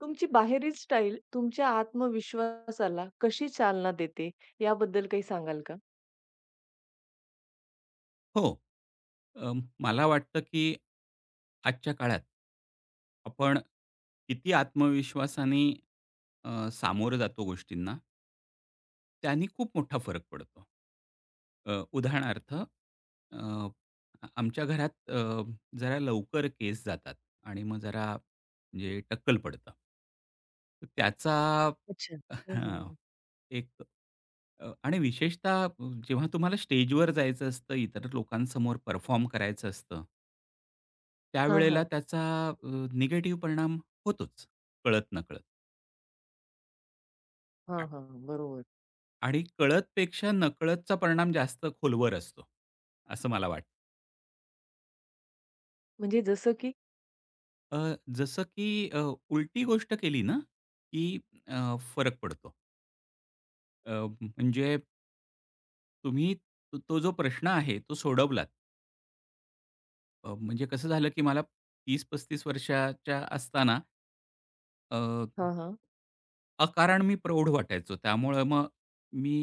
तुमची बाहेरील स्टाईल तुमच्या आत्मविश्वासाला कशी चालना देते याबद्दल काही सांगाल का? हो. अ, मला वाटतं, की आजच्या काळात आपण किती आत्मविश्वासाने सामोरं जातो गोष्टींना त्यानी खूप मोठा फरक पडतो. अ, उदाहरणार्थ अ, आमच्या घरात जरा लवकर केस जातात आणि मग जरा म्हणजे टक्कल पडतं. तर त्याचा अच्छा. हं, हां. हं. एक आणि विशेषतः जेव्हा तुम्हाला स्टेजवर जायचं असतं, इतर लोकांसमोर परफॉर्म करायचं असतं हां, त्यावेळेला हां. त्याचा अ, निगेटिव्ह परिणाम होतोच, कळत-नकळत. हां, आ हां. बरोबर. आणि कळतपेक्षा नकळतचा परिणाम जास्त खोलवर असतो, असं मला वाटतं. म्हणजे जसं की जसं की उलटी गोष्ट केली ना, की फरक पडतो. अ, म्हणजे तुम्ही तो तो जो प्रश्न आहे, तो सोडवलात. म्हणजे कसं झालं, की मला 30-35 वर्षाच्या असताना अ, हां, हां. अकारण मी प्रौढ वाटायचो. त्यामुळं मग मी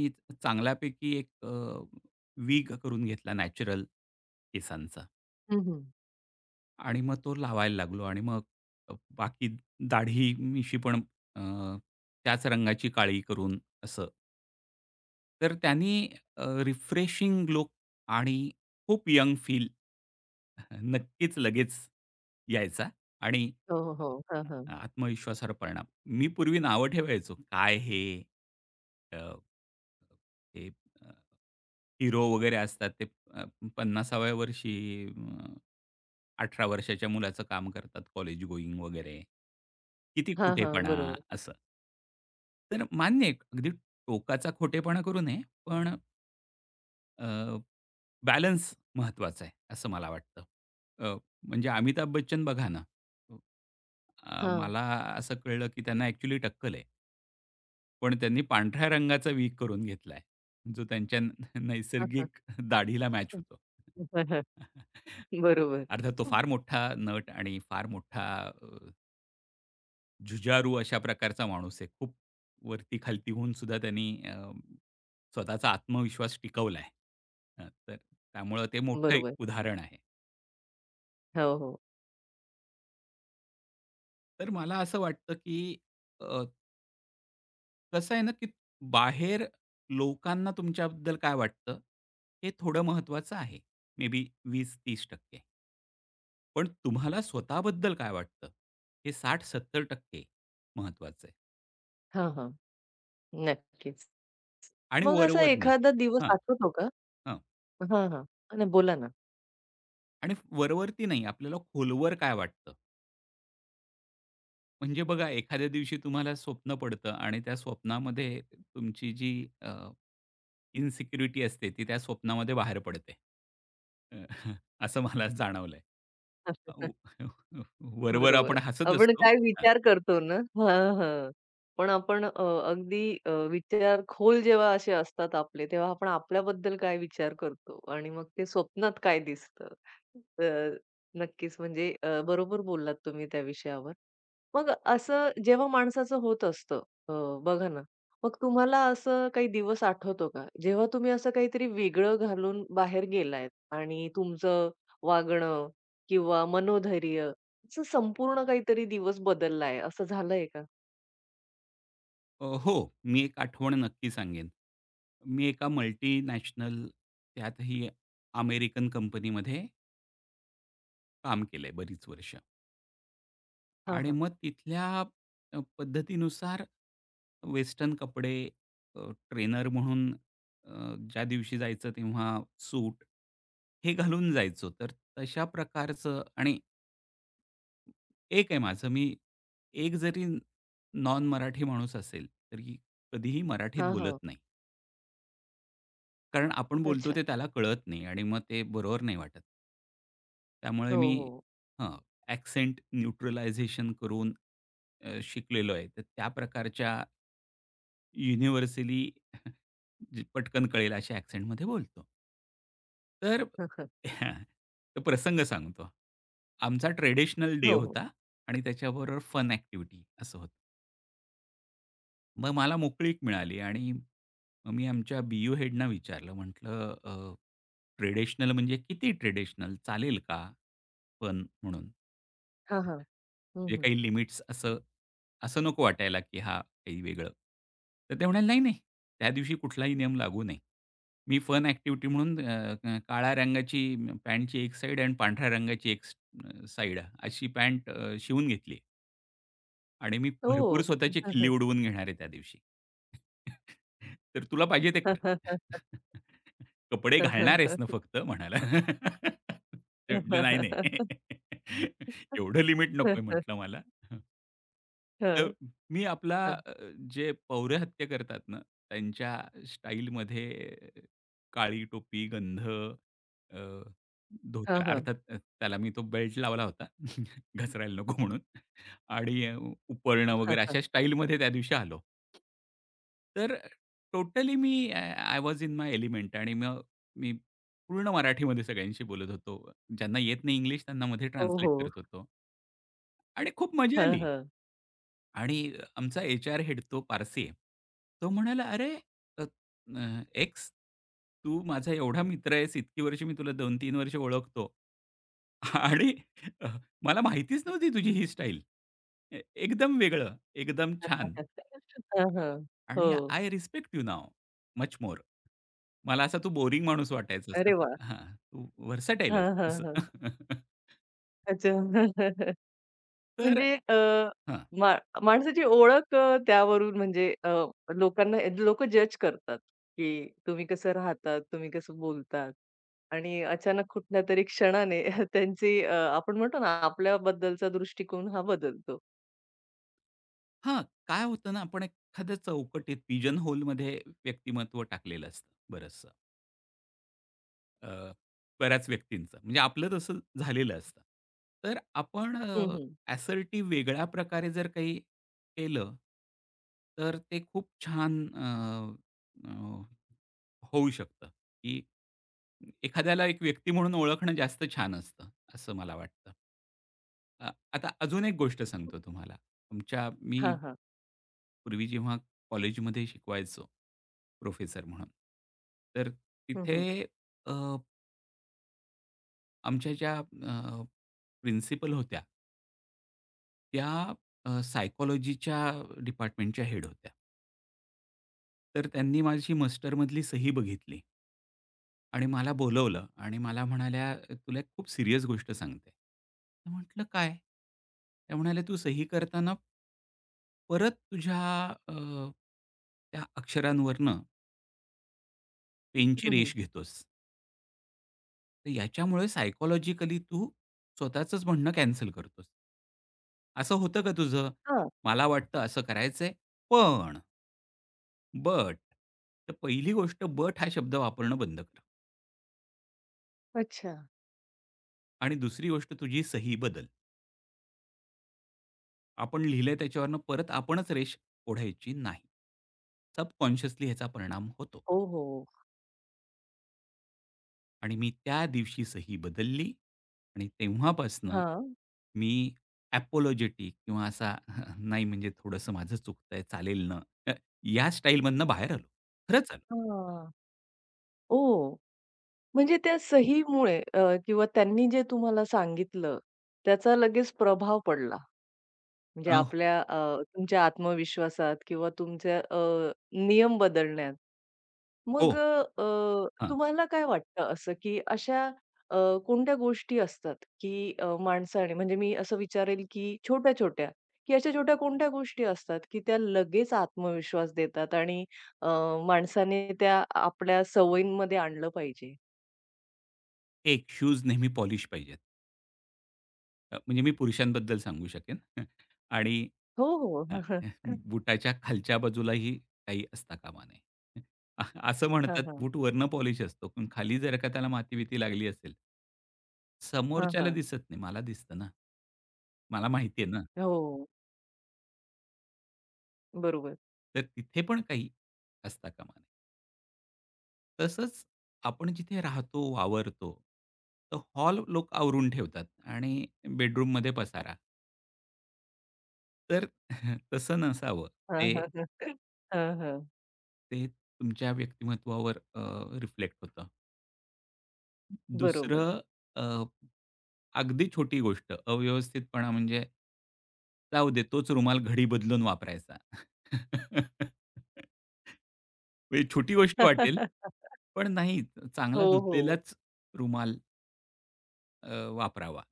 चांगल्यापैकी एक विग करून घेतला नॅचरल केसांचा हं, हं. आणि मग तो लावायला लागलो आणि मग बाकी दाढी, मिशी पण अ, त्याच रंगाची काळी करून असं. तर त्यांनी रिफ्रेशिंग लूक आणि खूप यंग फील नक्कीच लगेच यायचा आणि हो, हो, हो. हां, हां. आत्मविश्वासावर परिणाम. मी पूर्वी नावं ठेवायचो. काय हे? अ, हे अ, हिरो वगैरे असतात ते अ, 50व्या वर्षी अ, 18 वर्षाच्या मुलाचं काम करतात, कॉलेज गोईंग वगैरे. किती हां, हां. खोटेपणा बरोबर. असं. तर मान्य आहे, अगदी टोकाचा खोटेपणा करू नये, पण अ, बॅलन्स महत्त्वाचा आहे, असं मला वाटतं. अ, म्हणजे अमिताभ बच्चन बघा ना. हां. मला असं कळलं की त्यांना ॲक्चुअली टक्कल आहे. पण त्यांनी पांढऱ्या रंगाचा विग करून घेतलाय, जो त्यांच्या हां, हां. नैसर्गिक दाढीला मॅच होतो. बरोबर. अर्थात तो फार मोठा नट आणि फार मोठा अ, झुजारू अशा प्रकारचा माणूस आहे. खूप वरती-खालती होऊन सुद्धा त्यांनी स्वतःचा आत्मविश्वास टिकवलाय. तर त्यामुळं ते मोठं एक बरोबर. उदाहरण आहे. हो, हो. तर मला असं वाटतं, की कसं आहे ना, की बाहेर लोकांना तुमच्याबद्दल काय वाटतं, हे थोडं महत्त्वाचं आहे. मे बी 20-30% पण तुम्हाला स्वतःबद्दल काय वाटतं, हे 60-70% महत्त्वाचं आहे. हां, हां. नक्कीच. आणि मग असा वरवर नाही. एखादा दिवस हां, आठवतो का? हां. हां, हां. नाही बोला ना. आणि वरवरती नाही, आपल्याला खोलवर काय वाटतं. म्हणजे बघा, एखाद्या दिवशी तुम्हाला स्वप्न पडतं आणि त्या स्वप्नामध्ये तुमची जी इन्सिक्युरिटी असते ती त्या स्वप्नामध्ये बाहेर पडते. अ, असं मला जाणवलंय. अ, व- वरवर बरोबर. आपण हसत आपण असतो. काय हां. विचार करतो ना हां, हां. पण आपण अगदी विचार खोल जेव्हा असे असतात आपले, तेव्हा आपण आपल्याबद्दल काय विचार करतो आणि मग ते स्वप्नात काय दिसतं. तर नक्कीच म्हणजे बरोबर बोललात तुम्ही त्या विषयावर. मग असं जेव्हा माणसाचं होत असतं अ, बघा ना, मग तुम्हाला असं काही दिवस आठवतो का? जेव्हा तुम्ही असं काहीतरी वेगळं घालून बाहेर गेलायत आणि तुमचं वागणं किंवा मनोधैर्य असं संपूर्ण काहीतरी दिवस बदललाय असं झालंय का? हो, मी एक आठवण नक्की सांगेन. मी एका मल्टीनॅशनल त्यातही अमेरिकन कंपनीमध्ये काम केलंय बरीच वर्ष हां, आणि हा मग तिथल्या पद्धतीनुसार वेस्टर्न कपडे, ट्रेनर म्हणून अ, ज्या दिवशी जायचं तेव्हा सूट हे घालून जायचो. तर तशा प्रकारचं आणि एक आहे माझं, मी एक जरी नॉन मराठी माणूस असेल, तरी कधीही मराठीत हा बोलत हां. नाही. कारण आपण बोलतो अच्छा. ते त्याला कळत नाही आणि मग ते बरोबर नाही वाटत. त्यामुळे हो, मी हो. हां, ॲक्सेंट न्यूट्रलायझेशन करून शिकलेलो आहे. तर त्या प्रकारच्या युनिव्हर्सली जी पटकन कळेल अशा ॲक्सेंटमध्ये बोलतो. तर तो प्रसंग सांगतो. आमचा ट्रेडिशनल डे हो, हो. होता आणि त्याच्याबरोबर फन ॲक्टिव्हिटी असं होतं. मग मला मोकळीक मिळाली आणि मग मी आमच्या बी-यू हेडना विचारलं म्हटलं ट्रेडिशनल म्हणजे किती ट्रेडिशनल? चालेल का? पण म्हणून. हां, हां. हं, जे हं. काही लिमिट्स असं असं नको वाटायला, की हां, काही वेगळं. तर ते म्हणाले, "नाही-नाही, त्या दिवशी कुठलाही नियम लागू नाही. मी फन ॲक्टिव्हिटी म्हणून अ, अ, काळ्या रंगाची पॅन्टची एक साइड आणि पांढऱ्या रंगाची एक अशी पॅन्ट शिवून घेतली." आणि मी भरपूर ओह! स्वतःची हं, खिल्ली उडवून घेणार आहे त्या दिवशी. तर तुला पाहिजे ते हा कर. हां, हा कपडे घालणार आहेस ना फक्त म्हणाला. ते म्हटले, "नाही, नाही. एवढं लिमिट नकोय," म्हटलं मला. तर मी आपला अ, जे पौरे हत्या करतात ना, त्यांच्या स्टाईलमध्ये काळी टोपी, गंध, अ, धोतर हा अर्थात त्याला मी तो बेल्ट लावला होता घसरायला नको म्हणून. आणि उपरणं वगैरे हां. अशा स्टाईलमध्ये त्या दिवशी आलो. तर टोटली मी I I was in my element आणि मग मी पूर्ण मराठीमध्ये सगळ्यांशी बोलत होतो. ज्यांना येत नाही इंग्लिश त्यांना मध्ये हो, ट्रान्सलेट हो. करत होतो आणि खूप मजा हां, आली. हां. आणि आमचा एच-आर हेड तो पारसी आहे. तो म्हणाला, "अरे, अ, अ, एक्स, तू माझा एवढा मित्र आहेस, इतकी वर्ष मी तुला 2 तीन वर्ष ओळखतो आणि अ, मला माहितीच नव्हती तुझी ही स्टाईल. ए एकदम वेगळं, एकदम छान. हां, हां. हो. आणि I respect you now much more." मला असा तू बोरिंग माणूस वाटायचास. अरे वाह! हां, तू व्हर्सटाईल हां, आहेस हां, असं. हां. अच्छा. तर म्हणजे हां. मा माणसाची ओळख त्यावरून म्हणजे लोकांना लोकं जज करतात, की तुम्ही कसं राहतात, तुम्ही कसं बोलतात आणि अचानक कुठल्यातरी क्षणाने त्यांची आपण म्हणतो ना आपल्याबद्दलचा दृष्टिकोन हा बदलतो. हां, काय होतं ना, आपण एखाद्या चौकटीत पिजन होलमध्ये व्यक्तिमत्व टाकलेलं असतं बरंचसं. अ, बऱ्याच व्यक्तींचं म्हणजे आपलं तसं झालेलं असतं. तर आपण हं, हं. असर्टिव्ह वेगळ्या प्रकारे जर काही केलं, तर ते खूप छान अ, अ, होऊ शकतं, की एखाद्याला एक व्यक्ती म्हणून ओळखणं जास्त छान असतं, असं मला वाटतं. अ, आता अजून एक गोष्ट सांगतो तुम्हाला. तुमच्या मी हां, हां. पूर्वी जेव्हा कॉलेजमध्ये शिकवायचो प्रोफेसर म्हणून, तर हं, हं. तिथे अ, आमच्या ज्या प्रिन्सिपल होत्या, त्या सायकॉलॉजीच्या डिपार्टमेंटच्या हेड होत्या. तर त्यांनी माझी मास्टरमधली सही बघितली आणि मला बोलावलं आणि मला म्हणाल्या, "तुला एक खूप सीरियस गोष्ट सांगते." मी म्हटलं, "काय?" त्या म्हणाल्या, "तू सही करताना परत तुझ्या अ, त्या अक्षरांवरनं पेनची हं, हं. रेष घेतोस." तर याच्यामुळे सायकॉलॉजिकली तू स्वतःचंच म्हणणं कॅन्सल करतोस. असं होतं का तुझं? हां. मला वाटतं असं करायचंय, पण, बट. तर पहिली गोष्ट बट हा शब्द वापरणं बंद कर अच्छा. आणि दुसरी गोष्ट तुझी सही बदल. आपण लिहिलंय त्याच्यावरनं परत आपणच रेष ओढायची नाही. सबकॉन्शियसली ह्याचा परिणाम होतो. हो, हो. आणि मी त्या दिवशी सही बदलली आणि तेव्हापासनं हां. मी अॅपोलॉजेटिक किंवा असा नाही म्हणजे थोडंसं माझं चुकतंय चालेल ना, अ, या स्टाईलमधनं बाहेर आलो. खरंच आलो. हां. ओह! म्हणजे त्या सहीमुळे किंवा त्यांनी जे तुम्हाला सांगितलं त्याचा लगेच प्रभाव पडला. म्हणजे अ, आपल्या तुमच्या आत्मविश्वासात किंवा तुमच्या नियम बदलण्यात. मग हो. अ, अ, हां. तुम्हाला काय वाटतं असं, की अशा अ, कोणत्या गोष्टी असतात, की माणसाने म्हणजे मी असं विचारेल, की छोट्या-छोट्या, की अशा छोट्या कोणत्या गोष्टी असतात, की त्या लगेच आत्मविश्वास देतात आणि अ, माणसाने त्या आपल्या सवयींमध्ये आणलं पाहिजे? एक शूज नेहमी पॉलिश पाहिजे. म्हणजे मी पुरुषांबद्दल सांगू शकेन आणि हो, हां, हो. बुटाच्या खालच्या बाजूलाही काही असता कामा नये. अ, असं हां, म्हणतात हां. बूट वरनं पॉलिश असतो, पण खाली जर का त्याला माती-बिती लागली असेल हां, समोरच्याला हां. दिसत नाही, मला दिसतं ना. मला माहिती आहे ना, हो, बरोबर. तर तिथे पण काही असता कामा नये. तसंच आपण जिथे राहतो, वावरतो, तर हॉल लोक आवरून ठेवतात आणि बेडरूममध्ये पसारा. तर तसं नसावं. हां, ते हां. हां, हां. ते तुमच्या व्यक्तिमत्त्वावर रिफ्लेक्ट होतं. बरोबर. दुसरं अ, अगदी छोटी गोष्ट अव्यवस्थितपणा म्हणजे जाऊ दे तोच रुमाल घडी बदलून वापरायचा. म्हणजे छोटी गोष्ट वाटेल, पण नाही चांगला हो, हो. धुतलेलाच रुमाल अ, वापरावा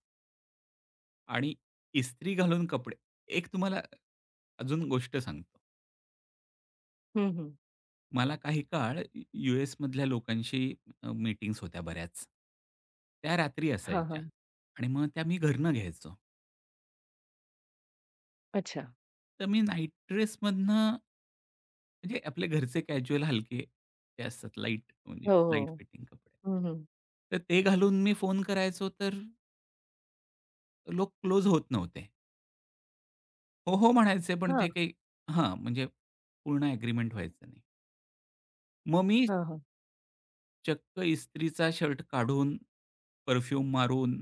आणि इस्त्री घालून कपडे एक तुम्हाला अजून गोष्ट सांगतो. हं, हं. मला काही काळ यू.एस.मधल्या लोकांशी मीटिंग्स होत्या बऱ्याच. त्या रात्री हां, असायच्या हां. आणि मग त्या मी घरनं घ्यायचो. अच्छा. तर मी नाईट ड्रेसमधनं म्हणजे आपले घरचे कॅज्युअल हलके ते असतात लाईट म्हणजे हो, लाईट हो. फिटिंग कपडे. हं, हं. तर ते घालून मी फोन करायचो तर लोक क्लोज होत नव्हते. हो, हो म्हणायचे पण हां, ते काही हां, म्हणजे पूर्ण ॲग्रीमेंट व्हायचं नाही. मग मी हां, हां. चक्क इस्त्रीचा शर्ट काढून, परफ्यूम मारून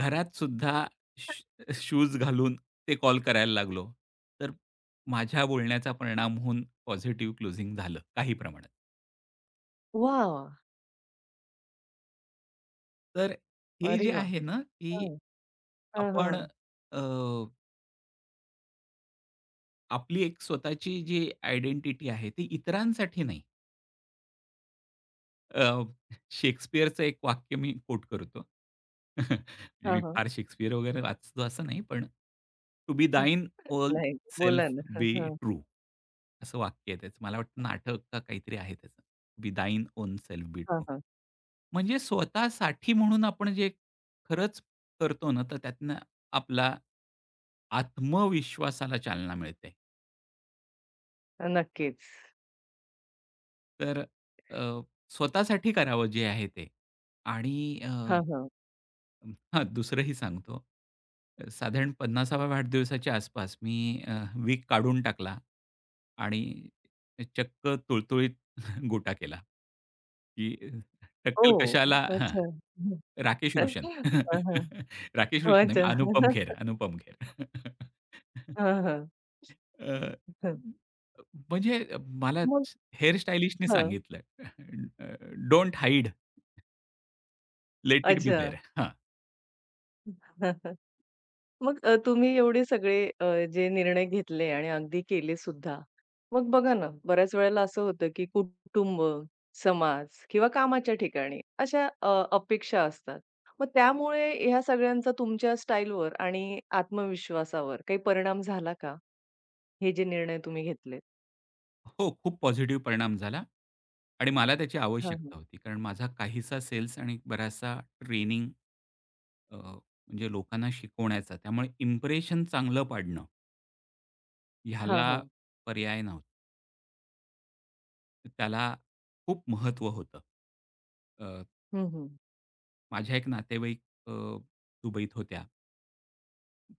घरात सुद्धा शूज घालून ते कॉल करायला लागलो, तर माझ्या बोलण्याचा परिणाम होऊन पॉझिटिव्ह क्लोजिंग झालं काही प्रमाणात. वाह, वाह! तर हे अरे जे वाह! आहे ना, की हं. हां, हां. आपण अ, आपली एक स्वतःची जी आयडेंटिटी आहे ती इतरांसाठी नाही. अ, शेक्सपियरचं एक वाक्य मी कोट करतो. म्हणजे मी हां, हां. फार शेक्सपियर वगैरे वाचतो असं नाही, पण टू बी थाइन ओल्ड नाही, बोला सेल्फ ना. हं, बी हं. ट्रू. असं वाक्य आहे त्याचं. मला वाटतं नाटक का काहीतरी आहे त्याचं. "बी थाइन ओन सेल्फ बी हां, ट्रू." हां. म्हणजे स्वतःसाठी म्हणून आपण जे खरंच करतो ना, तर त्यातनं आपला आत्मविश्वासाला चालना मिळते. नक्कीच. तर अ, स्वतःसाठी करावं जे आहे ते आणि अ हां, हां. हां, दुसरंही सांगतो. साधारण 50वा वाढदिवसाच्या आसपास मी अ, वीक काढून टाकला आणि चक्क तुळतुळीत गोटा केला, की टक्कल ओह! कशाला हां, अच्छा. राकेश हं. रोशन. हां, राकेश रोशन नाही, अच्छा. अनुपम खेर, अनुपम खेर. हां, हां. अ, हं. म्हणजे मला मग? हेअर स्टायलिशने हं. सांगितलं, "don't hide, let it be अच्छा. देअर." मग तुम्ही एवढे सगळे जे निर्णय घेतले आणि अगदी केले सुद्धा. मग बघा ना, बऱ्याच वेळेला असं होतं, की कुटुंब, समाज किंवा कामाच्या ठिकाणी अशा अपेक्षा असतात. मग त्यामुळे ह्या सगळ्यांचा तुमच्या स्टाईलवर आणि आत्मविश्वासावर काही परिणाम झाला का? हे जे निर्णय तुम्ही घेतलेत? हो, खूप पॉझिटिव्ह परिणाम झाला आणि मला त्याची हां, हां. आवश्यकता होती. कारण माझा काहीसा सेल्स आणि बराचसा ट्रेनिंग म्हणजे लोकांना शिकवण्याचा. त्यामुळे इम्प्रेशन चांगलं पाडणं हां, ह्याला हां. पर्याय नव्हता. त्याला खूप महत्त्व होतं. अ, हं, हं. माझ्या एक नातेवाईक अ, दुबईत होत्या.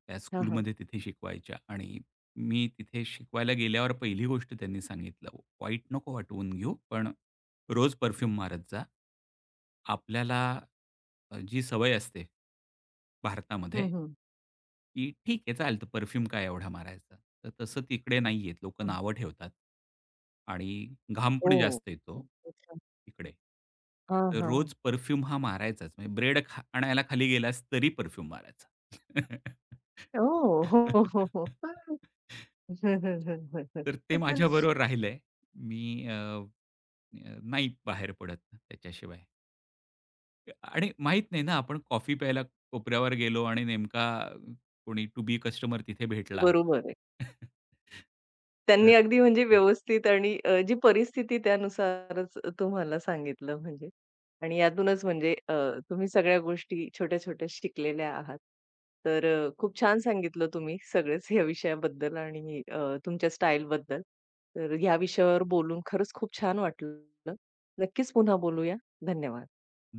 त्या हां, हां. स्कूलमध्ये तिथे शिकवायच्या आणि मी तिथे शिकवायला गेल्यावर पहिली गोष्ट त्यांनी सांगितलं, "वाईट नको वाटवून घेऊ, पण रोज परफ्यूम मारत जा. आपल्याला जी सवय असते भारतामध्ये" हं, हं. की ठीक आहे चालतं परफ्यूम काय एवढा मारायचा. तर तसं तिकडे नाहीये. लोकं हं. नावं ठेवतात आणि घाम पण ओह! जास्त येतो अच्छा. तिकडे. हां, तर रोज हां. परफ्यूम हा मारायचाच. म्हणजे ब्रेड खा आणायला खाली गेलास तरी परफ्यूम मारायचा. ओह! हो, हो, हो. हं, हं, हं, हं, तर ते माझ्याबरोबर राहिलंय. मी अ, अ, नाही बाहेर पडत त्याच्याशिवाय. आणि माहीत नाही ना आपण कॉफी प्यायला कोपऱ्यावर गेलो आणि नेमका कोणी टू बी कस्टमर तिथे भेटला. बरोबर आहे. तर त्यांनी अगदी म्हणजे व्यवस्थित आणि जी परिस्थिती त्यानुसारच तुम्हाला सांगितलं म्हणजे आणि यातूनच म्हणजे तुम्ही सगळ्या गोष्टी छोट्या-छोट्या शिकलेल्या आहात. तर खूप छान सांगितलं तुम्ही सगळेच या विषयाबद्दल आणि तुमच्या स्टाईलबद्दल. तर या विषयावर बोलून खरंच खूप छान वाटलं. नक्कीच पुन्हा बोलूया. धन्यवाद.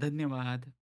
धन्यवाद.